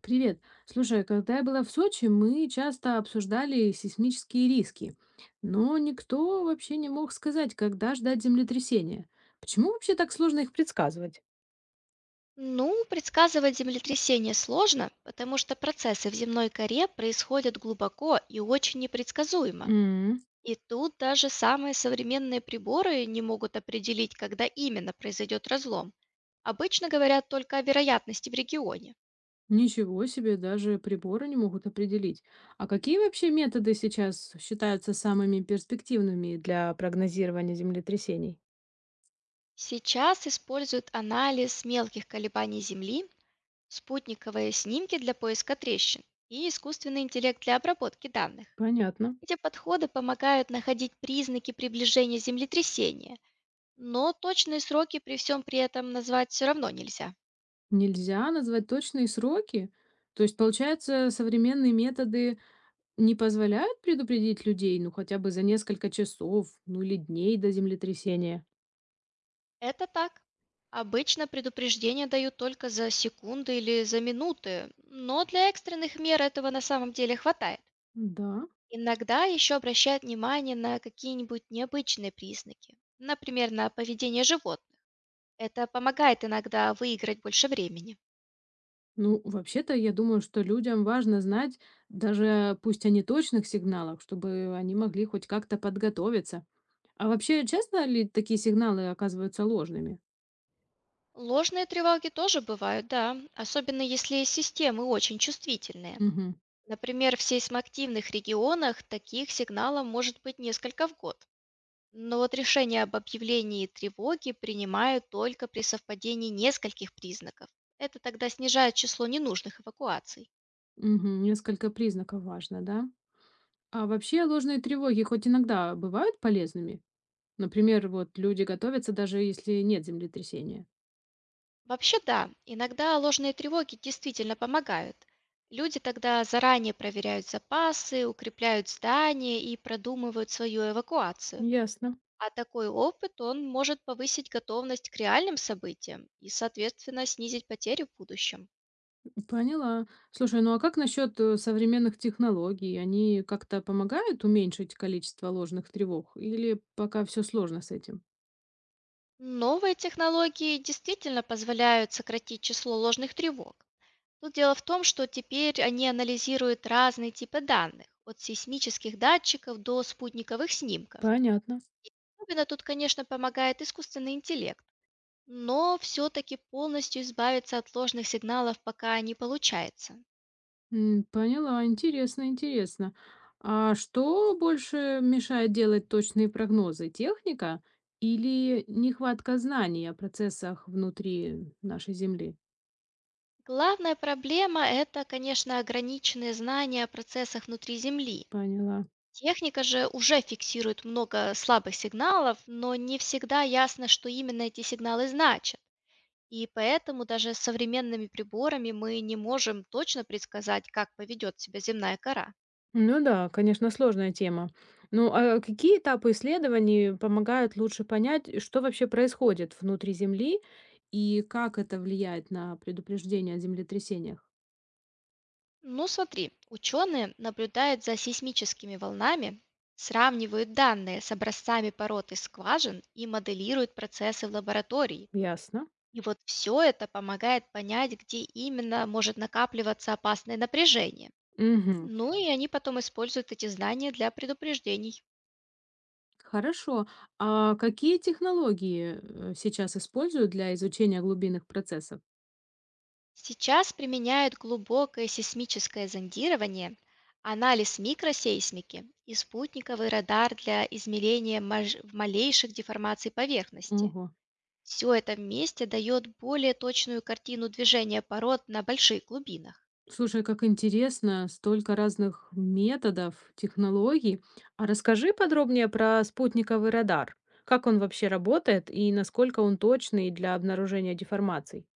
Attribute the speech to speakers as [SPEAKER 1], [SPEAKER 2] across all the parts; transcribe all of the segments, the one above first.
[SPEAKER 1] Привет. Слушай, когда я была в Сочи, мы часто обсуждали сейсмические риски, но никто вообще не мог сказать, когда ждать землетрясения. Почему вообще так сложно их предсказывать?
[SPEAKER 2] Ну, предсказывать землетрясение сложно, потому что процессы в земной коре происходят глубоко и очень непредсказуемо.
[SPEAKER 1] М,
[SPEAKER 2] И тут даже самые современные приборы не могут определить, когда именно произойдет разлом. Обычно говорят только о вероятности в регионе.
[SPEAKER 1] Ничего себе, даже приборы не могут определить. А какие вообще методы сейчас считаются самыми перспективными для прогнозирования землетрясений?
[SPEAKER 2] Сейчас используют анализ мелких колебаний Земли, спутниковые снимки для поиска трещин и искусственный интеллект для обработки данных.
[SPEAKER 1] Понятно.
[SPEAKER 2] Эти подходы помогают находить признаки приближения землетрясения. Но точные сроки при всем при этом назвать все равно нельзя.
[SPEAKER 1] Нельзя назвать точные сроки. То есть, получается, современные методы не позволяют предупредить людей, ну, хотя бы за несколько часов, ну, или дней до землетрясения?
[SPEAKER 2] Это так. Обычно предупреждения дают только за секунды или за минуты, но для экстренных мер этого на самом деле хватает.
[SPEAKER 1] Да.
[SPEAKER 2] Иногда еще обращают внимание на какие-нибудь необычные признаки, например, на поведение животных. Это помогает иногда выиграть больше времени.
[SPEAKER 1] Ну, вообще-то, я думаю, что людям важно знать, даже пусть о неточных сигналах, чтобы они могли хоть как-то подготовиться. А вообще, часто ли такие сигналы оказываются ложными?
[SPEAKER 2] Ложные тревоги тоже бывают, да, особенно если системы очень чувствительные.
[SPEAKER 1] Угу.
[SPEAKER 2] Например, в сейсмоактивных регионах таких сигналов может быть несколько в год. Но вот решение об объявлении тревоги принимают только при совпадении нескольких признаков. Это тогда снижает число ненужных эвакуаций.
[SPEAKER 1] Мгм. Несколько признаков важно, да? А вообще ложные тревоги хоть иногда бывают полезными? Например, вот люди готовятся, даже если нет землетрясения.
[SPEAKER 2] Вообще да, иногда ложные тревоги действительно помогают. Люди тогда заранее проверяют запасы, укрепляют здания и продумывают свою эвакуацию.
[SPEAKER 1] Ясно.
[SPEAKER 2] А такой опыт, он может повысить готовность к реальным событиям и, соответственно, снизить потери в будущем.
[SPEAKER 1] Поняла. Слушай, ну а как насчет современных технологий? Они как-то помогают уменьшить количество ложных тревог? Или пока все сложно с этим?
[SPEAKER 2] Новые технологии действительно позволяют сократить число ложных тревог. Но дело в том, что теперь они анализируют разные типы данных, от сейсмических датчиков до спутниковых снимков.
[SPEAKER 1] Понятно.
[SPEAKER 2] Особенно тут, конечно, помогает искусственный интеллект. Но все-таки полностью избавиться от ложных сигналов пока не получается.
[SPEAKER 1] Поняла, интересно, интересно. А что больше мешает делать точные прогнозы? Техника или нехватка знаний о процессах внутри нашей Земли?
[SPEAKER 2] Главная проблема – это, конечно, ограниченные знания о процессах внутри Земли.
[SPEAKER 1] Поняла.
[SPEAKER 2] Техника же уже фиксирует много слабых сигналов, но не всегда ясно, что именно эти сигналы значат. И поэтому даже с современными приборами мы не можем точно предсказать, как поведет себя земная кора.
[SPEAKER 1] Ну да, конечно, сложная тема. Ну, а какие этапы исследований помогают лучше понять, что вообще происходит внутри Земли и как это влияет на предупреждение о землетрясениях?
[SPEAKER 2] Ну смотри, ученые наблюдают за сейсмическими волнами, сравнивают данные с образцами пород и скважин и моделируют процессы в лаборатории.
[SPEAKER 1] Ясно.
[SPEAKER 2] И вот все это помогает понять, где именно может накапливаться опасное напряжение.
[SPEAKER 1] Мгм.
[SPEAKER 2] Ну и они потом используют эти знания для предупреждений.
[SPEAKER 1] Хорошо. А какие технологии сейчас используют для изучения глубинных процессов?
[SPEAKER 2] Сейчас применяют глубокое сейсмическое зондирование, анализ микросейсмики и спутниковый радар для измерения малейших деформаций поверхности.
[SPEAKER 1] Ого.
[SPEAKER 2] Все это вместе дает более точную картину движения пород на больших глубинах.
[SPEAKER 1] Слушай, как интересно, столько разных методов, технологий. А расскажи подробнее про спутниковый радар. Как он вообще работает и насколько он точный для обнаружения деформаций?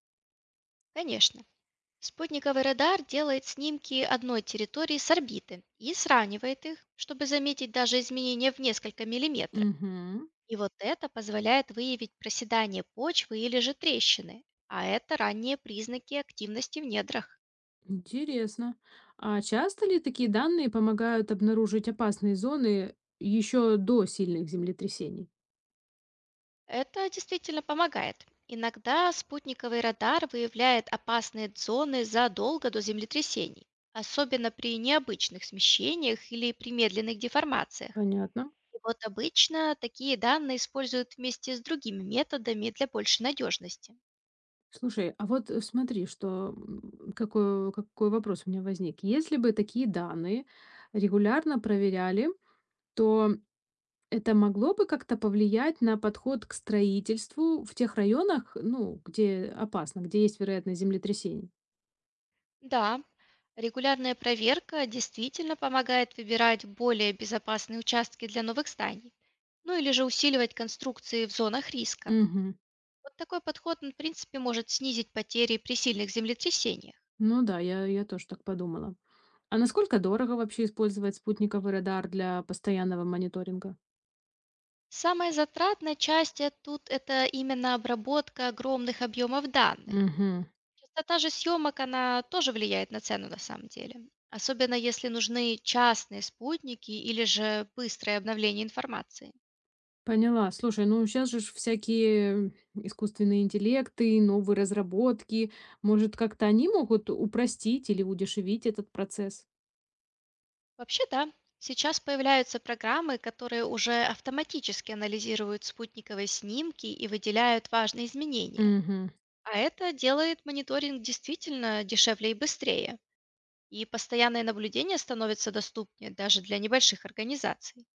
[SPEAKER 2] Конечно, спутниковый радар делает снимки одной территории с орбиты и сравнивает их, чтобы заметить даже изменения в несколько миллиметров.
[SPEAKER 1] Угу.
[SPEAKER 2] И вот это позволяет выявить проседание почвы или же трещины, а это ранние признаки активности в недрах.
[SPEAKER 1] Интересно. А часто ли такие данные помогают обнаружить опасные зоны еще до сильных землетрясений?
[SPEAKER 2] Это действительно помогает. Иногда спутниковый радар выявляет опасные зоны задолго до землетрясений, особенно при необычных смещениях или при медленных деформациях.
[SPEAKER 1] Понятно.
[SPEAKER 2] И вот обычно такие данные используют вместе с другими методами для большей надежности.
[SPEAKER 1] Слушай, а вот смотри, что какой вопрос у меня возник. Если бы такие данные регулярно проверяли, то это могло бы как-то повлиять на подход к строительству в тех районах, ну, где опасно, где есть вероятность землетрясений?
[SPEAKER 2] Да, регулярная проверка действительно помогает выбирать более безопасные участки для новых зданий, ну или же усиливать конструкции в зонах риска.
[SPEAKER 1] Мгм.
[SPEAKER 2] Вот такой подход, он, в принципе, может снизить потери при сильных землетрясениях.
[SPEAKER 1] Ну да, я тоже так подумала. А насколько дорого вообще использовать спутниковый радар для постоянного мониторинга?
[SPEAKER 2] Самая затратная часть, тут это именно обработка огромных объемов данных.
[SPEAKER 1] Мгм.
[SPEAKER 2] Частота же съемок, она тоже влияет на цену на самом деле. Особенно если нужны частные спутники или же быстрое обновление информации.
[SPEAKER 1] Поняла. Слушай, ну сейчас же ж всякие искусственные интеллекты, новые разработки. Может, как-то они могут упростить или удешевить этот процесс?
[SPEAKER 2] Вообще, да. Сейчас появляются программы, которые уже автоматически анализируют спутниковые снимки и выделяют важные изменения.
[SPEAKER 1] Мгм.
[SPEAKER 2] А это делает мониторинг действительно дешевле и быстрее. И постоянное наблюдение становится доступнее даже для небольших организаций.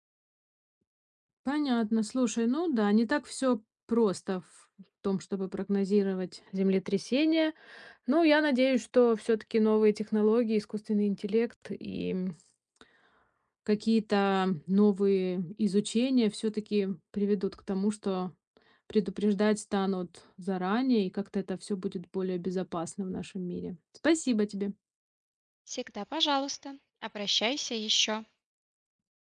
[SPEAKER 1] Понятно. Слушай, ну да, не так все просто в том, чтобы прогнозировать землетрясения. Но я надеюсь, что все-таки новые технологии, искусственный интеллект и какие-то новые изучения все-таки приведут к тому, что предупреждать станут заранее, и как-то это все будет более безопасно в нашем мире. Спасибо тебе.
[SPEAKER 2] Всегда, пожалуйста, обращайся еще.